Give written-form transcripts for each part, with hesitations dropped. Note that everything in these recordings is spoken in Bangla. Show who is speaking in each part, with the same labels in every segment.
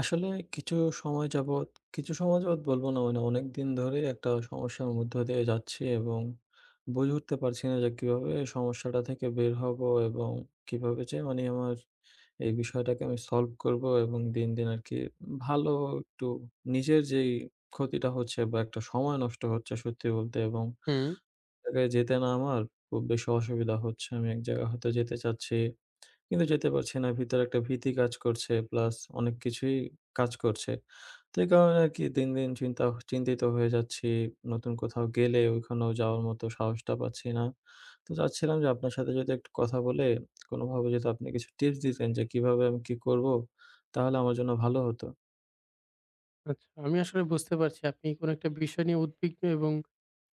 Speaker 1: আসলে কিছু সময় যাবৎ কিছু সময় যাবৎ বলব না, মানে অনেকদিন ধরেই একটা সমস্যার মধ্য দিয়ে যাচ্ছি এবং বুঝে উঠতে পারছি না যে কিভাবে এই সমস্যাটা থেকে বের হব এবং কিভাবে যে মানে আমার এই বিষয়টাকে আমি সলভ করব এবং দিন, দিন আরকি ভালো একটু নিজের যেই ক্ষতিটা হচ্ছে বা একটা সময় নষ্ট হচ্ছে সত্যি বলতে এবং
Speaker 2: হুম,
Speaker 1: এক জায়গায় যেতে না আমার খুব বেশি অসুবিধা হচ্ছে। আমি এক জায়গায় হয়তো যেতে চাচ্ছি কিন্তু যেতে পারছি না। ভিতরে একটা ভীতি কাজ করছে প্লাস অনেক কিছুই কাজ করছে। তো এই কারণে আরকি দিন, দিন চিন্তিত হয়ে যাচ্ছি। নতুন কোথাও গেলে ওইখানেও যাওয়ার মতো সাহসটা পাচ্ছি না। তো চাচ্ছিলাম যে আপনার সাথে যদি একটু কথা বলে কোনোভাবে যদি আপনি কিছু টিপস দিতেন যে কিভাবে আমি কি করব? তাহলে আমার জন্য ভালো হতো।
Speaker 2: আচ্ছা। আমি আসলে বুঝতে পারছি আপনি কোনো একটা বিষয় নিয়ে উদ্বিগ্ন এবং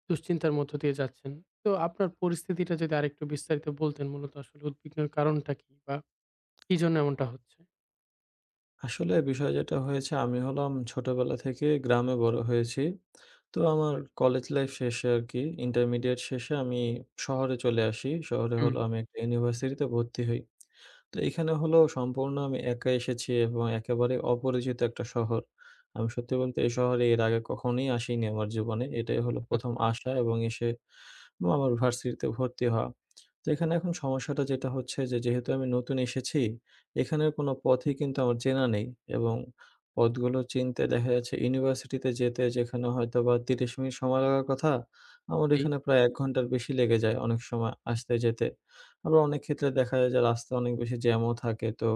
Speaker 2: দুশ্চিন্তার মধ্য দিয়ে যাচ্ছেন। তো আপনার পরিস্থিতিটা যদি আরেকটু বিস্তারিত বলতেন মূলত আসলে উদ্বিগ্নের কারণটা কি? বা কি জন্য এমনটা হচ্ছে?
Speaker 1: আসলে বিষয় যেটা হয়েছে, আমি হলাম ছোটবেলা থেকে গ্রামে বড় হয়েছি। তো আমার কলেজ লাইফ শেষে আরকি ইন্টারমিডিয়েট শেষে আমি শহরে চলে আসি। শহরে
Speaker 2: হুম,
Speaker 1: হলো আমি একটা ইউনিভার্সিটিতে ভর্তি হই। তো এখানে হলো সম্পূর্ণ আমি একা এসেছি এবং একেবারে অপরিচিত একটা শহর। আমি সত্যি বলতে এই শহরে এর আগে কখনোই আসিনি আমার জীবনে। এটাই হলো ১ম
Speaker 2: আচ্ছা,
Speaker 1: আসা এবং এসে আমার ভার্সিটিতে ভর্তি হওয়া। তো এখানে এখন সমস্যাটা যেটা হচ্ছে যে, যেহেতু আমি নতুন এসেছি, এখানের কোনো পথই কিন্তু আমার চেনা নেই এবং পথগুলো চিনতে দেখা যাচ্ছে ইউনিভার্সিটিতে যেতে যেখানে হয়তোবা ৩০ মিনিট সময় লাগার কথা, আমার
Speaker 2: জি,
Speaker 1: এখানে প্রায় ১ ঘন্টার বেশি লেগে যায় অনেক সময় আসতে যেতে। আবার অনেক ক্ষেত্রে দেখা যায় যে রাস্তা অনেক বেশি জ্যামও থাকে। তো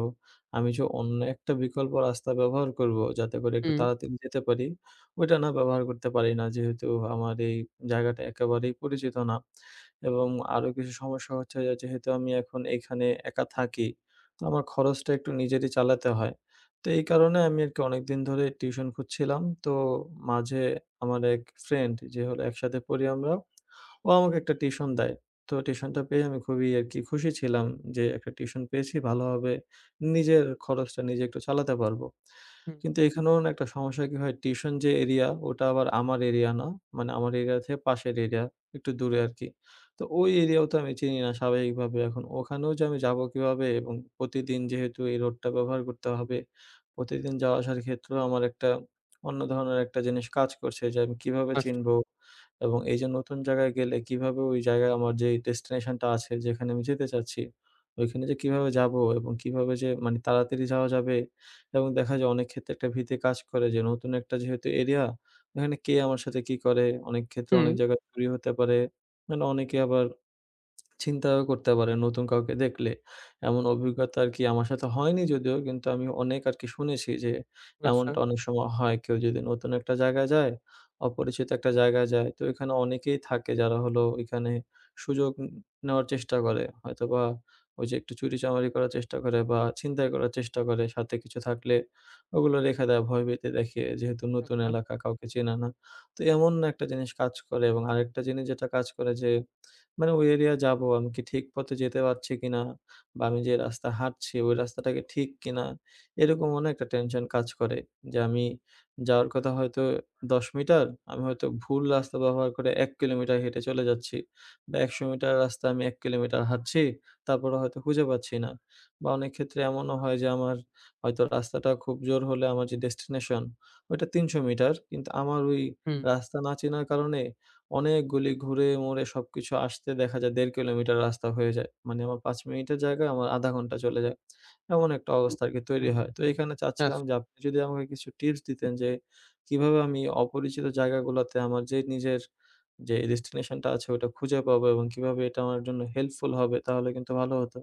Speaker 1: আমি যে অন্য একটা বিকল্প রাস্তা ব্যবহার করব যাতে করে একটু
Speaker 2: হুম,
Speaker 1: তাড়াতাড়ি যেতে পারি, ওইটা না ব্যবহার করতে পারি না। যেহেতু আমার এই জায়গাটা একেবারেই পরিচিত না। এবং আরো কিছু সমস্যা হচ্ছে যে যেহেতু আমি এখন এখানে একা থাকি, তো আমার খরচটা একটু নিজেরই চালাতে হয়। তো এই কারণে আমি আরকি অনেকদিন ধরে টিউশন খুঁজছিলাম। তো মাঝে আমার এক ফ্রেন্ড, যে হলো একসাথে পড়ি আমরা, ও আমাকে একটা টিউশন দেয়। তো টিউশনটা পেয়ে আমি খুবই আরকি খুশি ছিলাম যে একটা টিউশন পেয়েছি, ভালোভাবে নিজের খরচটা নিজে একটু চালাতে পারবো।
Speaker 2: হুম,
Speaker 1: কিন্তু এখানেও না একটা সমস্যা কি হয় টিউশন যে এরিয়া, ওটা আবার আমার এরিয়া না। মানে আমার এরিয়া থেকে পাশের এরিয়া, একটু দূরে আরকি। তো ওই এরিয়াও তো আমি চিনি না স্বাভাবিকভাবে। এখন ওখানেও যে আমি যাবো কিভাবে এবং প্রতিদিন যেহেতু এই রোডটা ব্যবহার করতে হবে, প্রতিদিন যাওয়া আসার ক্ষেত্রেও আমার একটা অন্য ধরনের একটা জিনিস কাজ করছে যে আমি কিভাবে
Speaker 2: আচ্ছা,
Speaker 1: চিনবো এবং এই যে নতুন জায়গায় গেলে কিভাবে ওই জায়গায় আমার যেই ডেস্টিনেশন টা আছে যেখানে আমি যেতে চাচ্ছি, ওইখানে যে কিভাবে যাবো এবং কিভাবে যে মানে তাড়াতাড়ি যাওয়া যাবে এবং দেখা যায় অনেক ক্ষেত্রে একটা ভীতি কাজ করে যে নতুন একটা যেহেতু এরিয়া, এখানে কে আমার সাথে কি করে? অনেক ক্ষেত্রে
Speaker 2: হুম,
Speaker 1: অনেক জায়গায় চুরি হতে পারে। মানে অনেকে আবার চিন্তাও করতে পারে নতুন কাউকে দেখলে। এমন অভিজ্ঞতা আরকি আমার সাথে হয়নি যদিও, কিন্তু আমি অনেক আরকি শুনেছি যে
Speaker 2: আচ্ছা,
Speaker 1: এমনটা অনেক সময় হয়। কেউ যদি নতুন একটা জায়গায় যায়, অপরিচিত একটা জায়গায় যায়, তো এখানে অনেকেই থাকে যারা হলো এখানে সুযোগ নেওয়ার চেষ্টা করে। হয়তোবা ওই যে একটু চুরিচামারি করার চেষ্টা করে বা ছিনতাই করার চেষ্টা করে, সাথে কিছু থাকলে ওগুলো রেখে দেয় ভয়ভীতি দেখিয়ে, যেহেতু নতুন
Speaker 2: আচ্ছা,
Speaker 1: এলাকা, কাউকে চেনে না। তো এমন একটা জিনিস কাজ করে এবং আরেকটা জিনিস যেটা কাজ করে যে মানে ওই এরিয়া যাবো, আমি কি ঠিক পথে যেতে পারছি কিনা? বা আমি যে রাস্তা হাঁটছি ওই রাস্তাটা কি ঠিক কিনা? এরকম অনেক একটা টেনশন কাজ করে। যে আমি যাওয়ার কথা হয়তো ১০ মিটার, আমি হয়তো ভুল রাস্তা ব্যবহার করে ১ কিলোমিটার হেঁটে চলে যাচ্ছি। বা ১০০ মিটার রাস্তা আমি ১ কিলোমিটার হাঁটছি, তারপরে হয়তো খুঁজে পাচ্ছি না। বা অনেক ক্ষেত্রে এমনও হয় যে আমার হয়তো রাস্তাটা খুব জোর হলে আমার যে ডেস্টিনেশন, ওইটা ৩০০ মিটার। কিন্তু আমার ওই
Speaker 2: হুম,
Speaker 1: রাস্তা না চেনার কারণে অনেকগুলি ঘুরে মোড়ে সবকিছু আসতে দেখা যায় ১.৫ কিলোমিটার রাস্তা হয়ে যায়। মানে আমার ৫ মিনিটের জায়গায় আমার ১/২ ঘন্টা চলে যায়। এমন একটা অবস্থা আরকি তৈরি হয়। তো এখানে চাচ্ছিলাম
Speaker 2: আচ্ছা।
Speaker 1: যে আপনি যদি আমাকে কিছু টিপস দিতেন যে কিভাবে আমি অপরিচিত জায়গাগুলাতে আমার যে নিজের যে ডেস্টিনেশন টা আছে ওটা খুঁজে পাবো এবং কিভাবে এটা আমার জন্য হেল্পফুল হবে তাহলে কিন্তু ভালো হতো।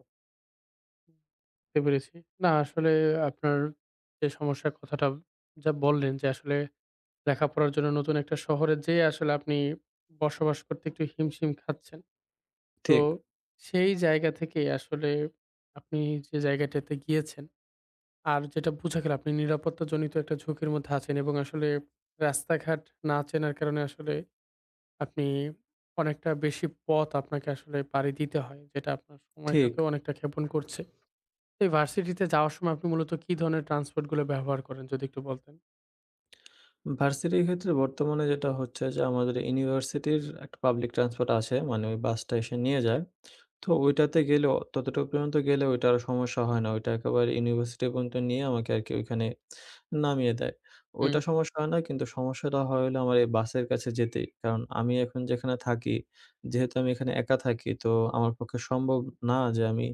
Speaker 2: বুঝতে পেরেছি। না আসলে আপনার যে সমস্যার কথাটা যা বললেন যে আসলে লেখাপড়ার জন্য নতুন একটা শহরে যেয়ে আসলে আপনি বসবাস করতে একটু হিমশিম খাচ্ছেন। তো
Speaker 1: ঠিক,
Speaker 2: সেই জায়গা থেকে আসলে আপনি যে জায়গাটাতে গিয়েছেন আর যেটা বোঝা গেল আপনি নিরাপত্তাজনিত একটা ঝুঁকির মধ্যে আছেন এবং আসলে রাস্তাঘাট না চেনার কারণে আসলে আপনি অনেকটা বেশি পথ আপনাকে আসলে পাড়ি দিতে হয় যেটা আপনার
Speaker 1: ঠিক।
Speaker 2: সময়টাকেও অনেকটা ক্ষেপণ করছে। এই ভার্সিটিতে যাওয়ার সময় আপনি মূলত কি ধরনের ট্রান্সপোর্ট গুলো ব্যবহার করেন যদি একটু বলতেন?
Speaker 1: ভার্সিটির ক্ষেত্রে বর্তমানে যেটা হচ্ছে যে আমাদের ইউনিভার্সিটির একটা পাবলিক ট্রান্সপোর্ট আছে। মানে ওই বাসটা এসে নিয়ে যায়। তো ওইটাতে গেলেও ততটুকু পর্যন্ত গেলে ওইটা আর সমস্যা হয় না। ওইটা একেবারে ইউনিভার্সিটি পর্যন্ত নিয়ে আমাকে আরকি ওইখানে নামিয়ে দেয়।
Speaker 2: হুম,
Speaker 1: ওইটা সমস্যা হয় না, কিন্তু সমস্যাটা হয় হলো আমার এই বাসের কাছে যেতেই। কারণ আমি এখন যেখানে থাকি, যেহেতু আমি এখানে একা থাকি, তো আমার পক্ষে সম্ভব না যে আমি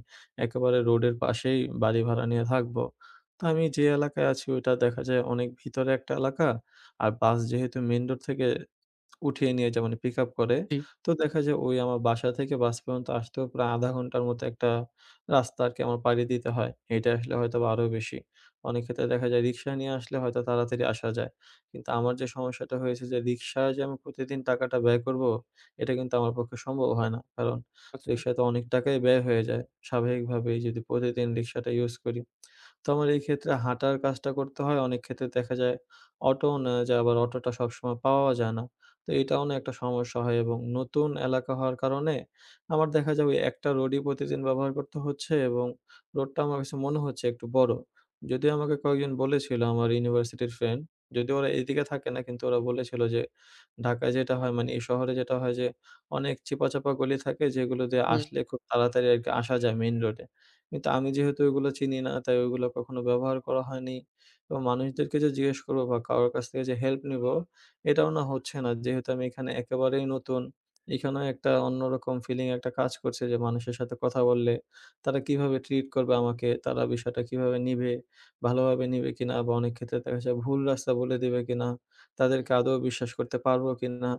Speaker 1: একেবারে রোডের পাশেই বাড়ি ভাড়া নিয়ে থাকবো। তো আমি যে এলাকায় আছি ওইটা দেখা যায় অনেক ভিতরে একটা এলাকা। আর বাস যেহেতু মেইন রোড থেকে উঠিয়ে নিয়ে যায়, মানে পিকআপ করে।
Speaker 2: জি,
Speaker 1: তো দেখা যায় ওই আমার বাসা থেকে বাস পর্যন্ত আসতেও প্রায় ০.৫ ঘন্টার মতো একটা রাস্তা আরকি আমার পাড়ি দিতে হয়। হেঁটে আসলে হয়তোবা আরো বেশি। অনেক ক্ষেত্রে দেখা যায় রিক্সা নিয়ে আসলে হয়তো তাড়াতাড়ি আসা যায়। কিন্তু আমার যে সমস্যাটা হয়েছে যে রিক্সায় যে আমি প্রতিদিন টাকাটা ব্যয় করব, এটা কিন্তু আমার পক্ষে সম্ভব হয় না। কারণ
Speaker 2: আচ্ছা।
Speaker 1: রিক্সায় তো অনেক টাকাই ব্যয় হয়ে যায় স্বাভাবিকভাবেই যদি প্রতিদিন রিক্সাটা ইউজ করি। তো আমার এই ক্ষেত্রে হাঁটার কাজটা করতে হয়। অনেক ক্ষেত্রে দেখা যায় অটোও নেওয়া যায়, আবার অটোটা সবসময় পাওয়াও যায় না। তো এটাও না একটা সমস্যা হয় এবং নতুন এলাকা হওয়ার কারণে আমার দেখা যায় ওই একটা রোডই প্রতিদিন ব্যবহার করতে হচ্ছে এবং রোডটা আমার কাছে মনে হচ্ছে একটু বড়। যদিও আমাকে কয়েকজন বলেছিল, আমার ইউনিভার্সিটির ফ্রেন্ড, যদিও ওরা এদিকে থাকে না, কিন্তু ওরা বলেছিল যে ঢাকায় যেটা হয়, মানে এই শহরে যেটা হয় যে অনেক চিপা-চাপা গলি থাকে যেগুলো দিয়ে
Speaker 2: হুম,
Speaker 1: আসলে খুব তাড়াতাড়ি আরকি আসা যায় মেইন রোডে। কিন্তু আমি যেহেতু ওইগুলো চিনি না তাই ওইগুলো কখনো ব্যবহার করা হয়নি। এবং মানুষদেরকে যে জিজ্ঞেস করব বা কারো কাছ থেকে যে হেল্প নিবো, এটাও না হচ্ছে না। যেহেতু আমি এখানে একেবারেই নতুন, এখানেও একটা অন্যরকম ফিলিং একটা কাজ করছে যে মানুষের সাথে কথা বললে তারা কিভাবে ট্রিট করবে আমাকে, তারা বিষয়টা কিভাবে নিবে, ভালোভাবে নিবে কিনা বা অনেক ক্ষেত্রে দেখা যায় ভুল রাস্তা বলে দিবে কিনা,
Speaker 2: হুম,
Speaker 1: তাদেরকে আদৌ বিশ্বাস করতে পারবো কিনা,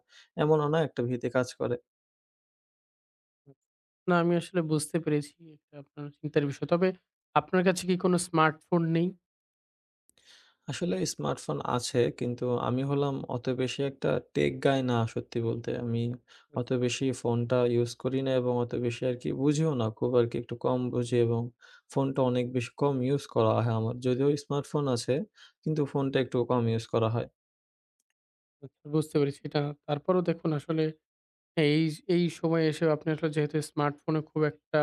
Speaker 1: এমন অ না একটা ভীতি কাজ করে।
Speaker 2: হুম। না আমি আসলে বুঝতে পেরেছি এটা আপনার চিন্তার বিষয়। তবে আপনার কাছে কি কোনো স্মার্টফোন নেই?
Speaker 1: আসলে স্মার্টফোন আছে কিন্তু আমি হলাম অত বেশি একটা টেক গাই না সত্যি বলতে। আমি অত বেশি ফোনটা ইউজ করি না এবং অত বেশি আরকি বুঝিও না। খুব আরকি একটু কম বুঝি এবং ফোনটা অনেক বেশি কম ইউজ করা হয় আমার। যদিও স্মার্টফোন আছে কিন্তু ফোনটা একটু কম ইউজ করা হয়।
Speaker 2: আচ্ছা, বুঝতে পেরেছি। এটা তারপরেও দেখুন আসলে হ্যাঁ, এই এই সময়ে এসে আপনি আসলে যেহেতু স্মার্টফোনে খুব একটা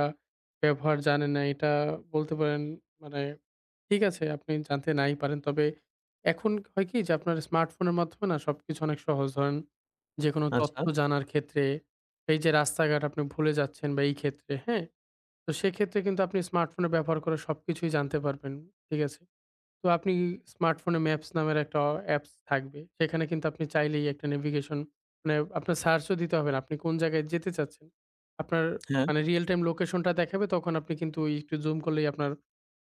Speaker 2: ব্যবহার জানেন না, এটা বলতে পারেন মানে ঠিক আছে, আপনি জানতে নাই পারেন। তবে এখন হয় কি যে আপনার স্মার্টফোনের মাধ্যমে না সবকিছু অনেক সহজ। ধরেন যেকোনো
Speaker 1: আচ্ছা,
Speaker 2: তথ্য জানার ক্ষেত্রে এই যে রাস্তাঘাট আপনি ভুলে যাচ্ছেন বা এই ক্ষেত্রে, হ্যাঁ? তো সেক্ষেত্রে কিন্তু আপনি স্মার্টফোনের ব্যবহার করে সবকিছুই জানতে পারবেন। ঠিক আছে? তো আপনি স্মার্টফোনে ম্যাপস নামের একটা অ্যাপস থাকবে। সেখানে কিন্তু আপনি চাইলেই একটা নেভিগেশন মানে আপনার সার্চও দিতে হবে না। আপনি কোন জায়গায় যেতে চাচ্ছেন। আপনার
Speaker 1: হ্যাঁ,
Speaker 2: মানে রিয়াল টাইম লোকেশনটা দেখাবে তখন আপনি কিন্তু একটু জুম করলেই আপনার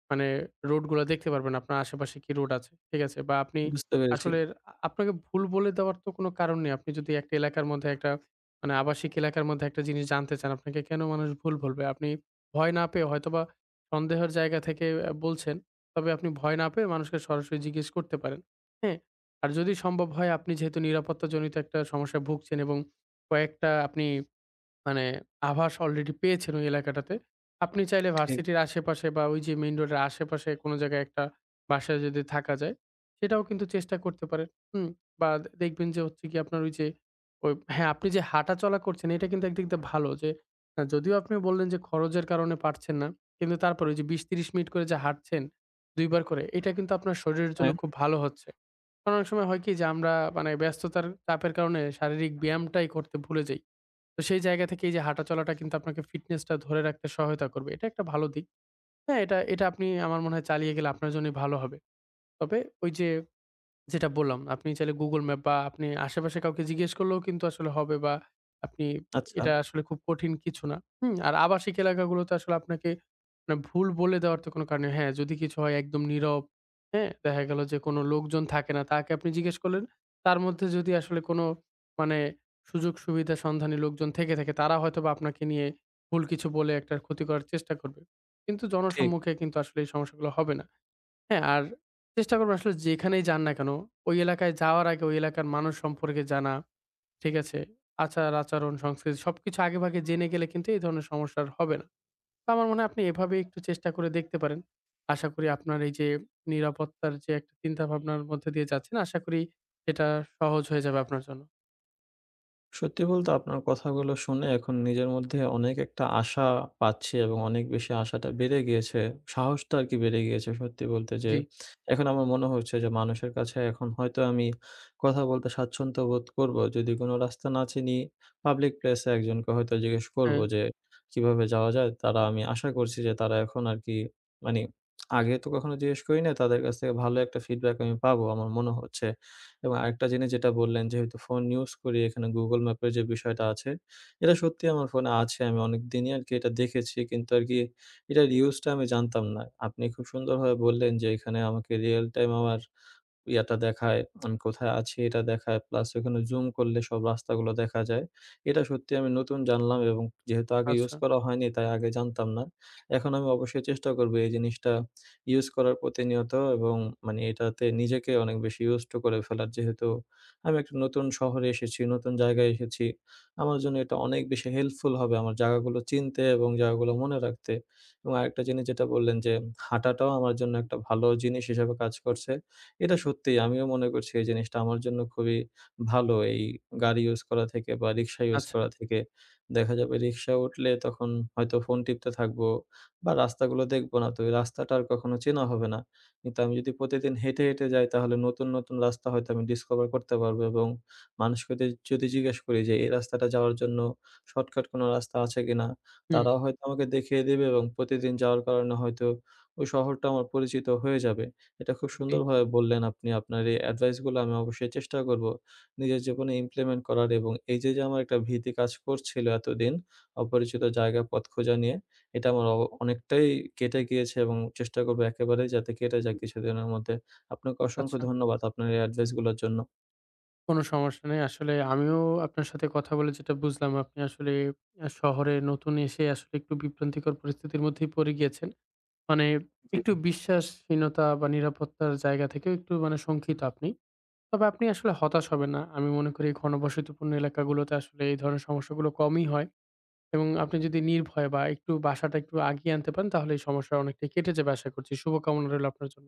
Speaker 2: মানে রোড গুলা দেখতে পারবেন আপনার আশেপাশে কি রোড আছে। ঠিক আছে? বা আপনি
Speaker 1: বুঝতে পেরেছি।
Speaker 2: আসলে আপনাকে ভুল বলে দেওয়ার তো কোনো কারণ নেই। আপনি যদি একটা এলাকার মধ্যে একটা মানে আবাসিক এলাকার মধ্যে একটা জিনিস জানতে চান, আপনাকে কেন মানুষ ভুল বলবে? আপনি ভয় না পেয়ে হয়তোবা সন্দেহের জায়গা থেকে বলছেন। তবে আপনি ভয় না পেয়ে মানুষকে সরাসরি জিজ্ঞেস করতে পারেন। হ্যাঁ? আর যদি সম্ভব হয় আপনি যেহেতু নিরাপত্তাজনিত একটা সমস্যায় ভুগছেন এবং কয়েকটা আপনি মানে আভাস অলরেডি পেয়েছেন ওই এলাকাটাতে। আপনি চাইলে
Speaker 1: ঠিক,
Speaker 2: ভার্সিটির আশেপাশে বা ওই যে মেইন রোডের আশেপাশে কোনো জায়গায় একটা বাসায় যদি থাকা যায়, সেটাও কিন্তু চেষ্টা করতে পারেন। হুম? বা দেখবেন যে হচ্ছে গিয়ে আপনার ওই যে ওই হ্যাঁ, আপনি যে হাঁটাচলা করছেন এটা কিন্তু একদিক দিয়ে ভালো যে যদিও আপনি বললেন যে খরচের কারণে পারছেন না। কিন্তু তারপরে ওই যে ২০-৩০ মিনিট করে যে হাঁটছেন ২ বার করে এটা কিন্তু আপনার শরীরের জন্য
Speaker 1: হ্যাঁ,
Speaker 2: খুব ভালো হচ্ছে। কারণ অনেক সময় হয় কি যে আমরা মানে ব্যস্ততার চাপের কারণে শারীরিক ব্যায়ামটাই করতে ভুলে যাই। তো সেই জায়গা থেকে এই যে হাঁটা চলাটা কিন্তু আপনাকে ফিটনেসটা ধরে রাখতে সহায়তা করবে। এটা একটা ভালো দিক। হ্যাঁ, এটা এটা আপনি আমার মনে হয় চালিয়ে গেলে আপনার জন্যই ভালো হবে। তবে ওই যে যেটা বললাম, আপনি চাইলে Google ম্যাপ বা আপনি আশেপাশে কাউকে জিজ্ঞেস করলেও কিন্তু আসলে হবে বা আপনি
Speaker 1: আচ্ছা,
Speaker 2: এটা আসলে খুব কঠিন কিছু না। হুম? আর আবাসিক এলাকাগুলোতে আসলে আপনাকে মানে ভুল বলে দেওয়ার তো কোনো কারণ নেই। হ্যাঁ, যদি কিছু হয় একদম নীরব, হ্যাঁ? দেখা গেল যে কোনো লোকজন থাকে না। তাকে আপনি জিজ্ঞেস করলেন। তার মধ্যে যদি আসলে কোনো মানে সুযোগ সুবিধা সন্ধানী লোকজন থেকে থাকে তারা হয়তোবা আপনাকে নিয়ে ভুল কিছু বলে একটা ক্ষতি করার চেষ্টা করবে। কিন্তু
Speaker 1: ঠিক।
Speaker 2: জনসম্মুখে কিন্তু আসলে এই সমস্যাগুলো হবে না। হ্যাঁ, আর চেষ্টা করব আসলে যেখানেই যান না কেন, ওই এলাকায় যাওয়ার আগে ওই এলাকার মানুষ সম্পর্কে জানা, ঠিক আছে? আচার-আচরণ, সংস্কৃতি সবকিছু আগেভাগে জেনে গেলে কিন্তু এই ধরনের সমস্যা আর হবে না। তো আমার মনে হয় আপনি এভাবে একটু চেষ্টা করে দেখতে পারেন। আশা করি আপনার এই যে নিরাপত্তার যে একটা চিন্তাভাবনার মধ্যে দিয়ে যাচ্ছেন, আশা করি এটা সহজ হয়ে যাবে আপনার জন্য।
Speaker 1: সত্যি বলতে আপনার কথাগুলো শুনে এখন নিজের মধ্যে অনেক একটা আশা পাচ্ছি এবং অনেক বেশি আশাটা বেড়ে গিয়েছে। সাহসটা আরকি বেড়ে গিয়েছে সত্যি বলতে যে,
Speaker 2: জি,
Speaker 1: এখন আমার মনে হচ্ছে যে মানুষের কাছে এখন হয়তো আমি কথা বলতে স্বাচ্ছন্দ্য বোধ করব। যদি কোনো রাস্তা না চিনি পাবলিক প্লেসে একজনকে হয়তো জিজ্ঞেস করব
Speaker 2: হ্যাঁ,
Speaker 1: যে কিভাবে যাওয়া যায়? তারা, আমি আশা করছি যে তারা এখন আরকি মানি আগে তো কখনো জিজ্ঞেস করি নাই। তাদের কাছ থেকে ভালো একটা ফিডব্যাক আমি পাবো আমার মনে হচ্ছে। এবং আরেকটা জিনিস যেটা বললেন যেহেতু ফোন ইউজ করি, এখানে Google ম্যাপের যে বিষয়টা আছে, এটা সত্যিই আমার ফোনে আছে। আমি অনেকদিনই আরকি এটা দেখেছি কিন্তু আরকি এটার ইউজটা আমি জানতাম না। আপনি খুব সুন্দরভাবে বললেন যে এখানে আমাকে রিয়াল টাইম আমার ইয়াটা দেখায়, আমি কোথায় আছি এটা দেখায়। প্লাস ওখানে জুম করলে সব রাস্তাগুলো দেখা যায়। এটা সত্যি আমি নতুন জানলাম এবং যেহেতু আগে ইউজ
Speaker 2: আচ্ছা,
Speaker 1: করা হয়নি তাই আগে জানতাম না। এখন আমি অবশ্যই চেষ্টা করব এই জিনিসটা ইউজ করার প্রতিনিয়ত এবং মানে এটাতে নিজেকে অনেক বেশি used to করে ফেলার। যেহেতু আমি একটা নতুন শহরে এসেছি, নতুন জায়গায় এসেছি। আমার জন্য এটা অনেক বেশি হেল্পফুল হবে আমার জায়গাগুলো চিনতে এবং জায়গাগুলো মনে রাখতে। এবং আরেকটা জিনিস যেটা বললেন যে হাঁটাটাও আমার জন্য একটা ভালো জিনিস হিসেবে কাজ করছে। এটা
Speaker 2: হুম,
Speaker 1: সত্যিই আমিও মনে করছি এই জিনিসটা আমার জন্য খুবই ভালো। এই গাড়ি ইউজ করা থেকে বা রিক্সা ইউজ
Speaker 2: আচ্ছা,
Speaker 1: করা থেকে। দেখা যাবে রিক্সায় উঠলে তখন হয়তো ফোন টিপতে থাকবো বা রাস্তাগুলো দেখবো না। তো এই রাস্তাটা আর কখনো চেনা হবে না। কিন্তু আমি যদি প্রতিদিন হেঁটে, হেঁটে যাই তাহলে নতুন, নতুন রাস্তা হয়তো আমি ডিসকভার করতে পারবো এবং মানুষকে দে যদি জিজ্ঞেস করি যে এই রাস্তাটা যাওয়ার জন্য শর্টকাট কোনো রাস্তা আছে কিনা?
Speaker 2: হুম,
Speaker 1: তারাও হয়তো আমাকে দেখিয়ে দেবে এবং প্রতিদিন যাওয়ার কারণে হয়তো ওই শহরটা আমার পরিচিত হয়ে যাবে। এটা খুব
Speaker 2: জি,
Speaker 1: সুন্দরভাবে বললেন আপনি। আপনার এই এডভাইস গুলো আমি অবশ্যই চেষ্টা করব। নিজের জীবনে ইমপ্লিমেন্ট করার এবং এই যে আমার একটা ভীতি কাজ করছিল এতদিন অপরিচিত জায়গা পথ খোঁজা নিয়ে, এটা আমার অনেকটাই কেটে গিয়েছে এবং চেষ্টা করব একেবারেই যাতে কেটে যায় কিছুদিনের মধ্যে। আপনাকে অসংখ্য
Speaker 2: আচ্ছা।
Speaker 1: ধন্যবাদ আপনার এই এডভাইস গুলোর জন্য।
Speaker 2: কোনো সমস্যা নেই। আসলে আমিও আপনার সাথে কথা বলে যেটা বুঝলাম, আপনি আসলে শহরে নতুন এসে আসলে একটু বিভ্রান্তিকর পরিস্থিতির মধ্যেই পড়ে গিয়েছেন। মানে
Speaker 1: জি।
Speaker 2: একটু বিশ্বাসহীনতা বা নিরাপত্তার জায়গা থেকেও একটু মানে শঙ্কিত আপনি। তবে আপনি আসলে হতাশ হবেন না। আমি মনে করি ঘনবসতিপূর্ণ এলাকাগুলোতে আসলে এই ধরনের সমস্যাগুলো কমই হয় এবং আপনি যদি নির্ভয় বা একটু বাসাটা একটু আগিয়ে আনতে পারেন, তাহলে এই সমস্যা অনেকটাই কেটে যাবে আশা করছি। শুভকামনা রইল আপনার জন্য।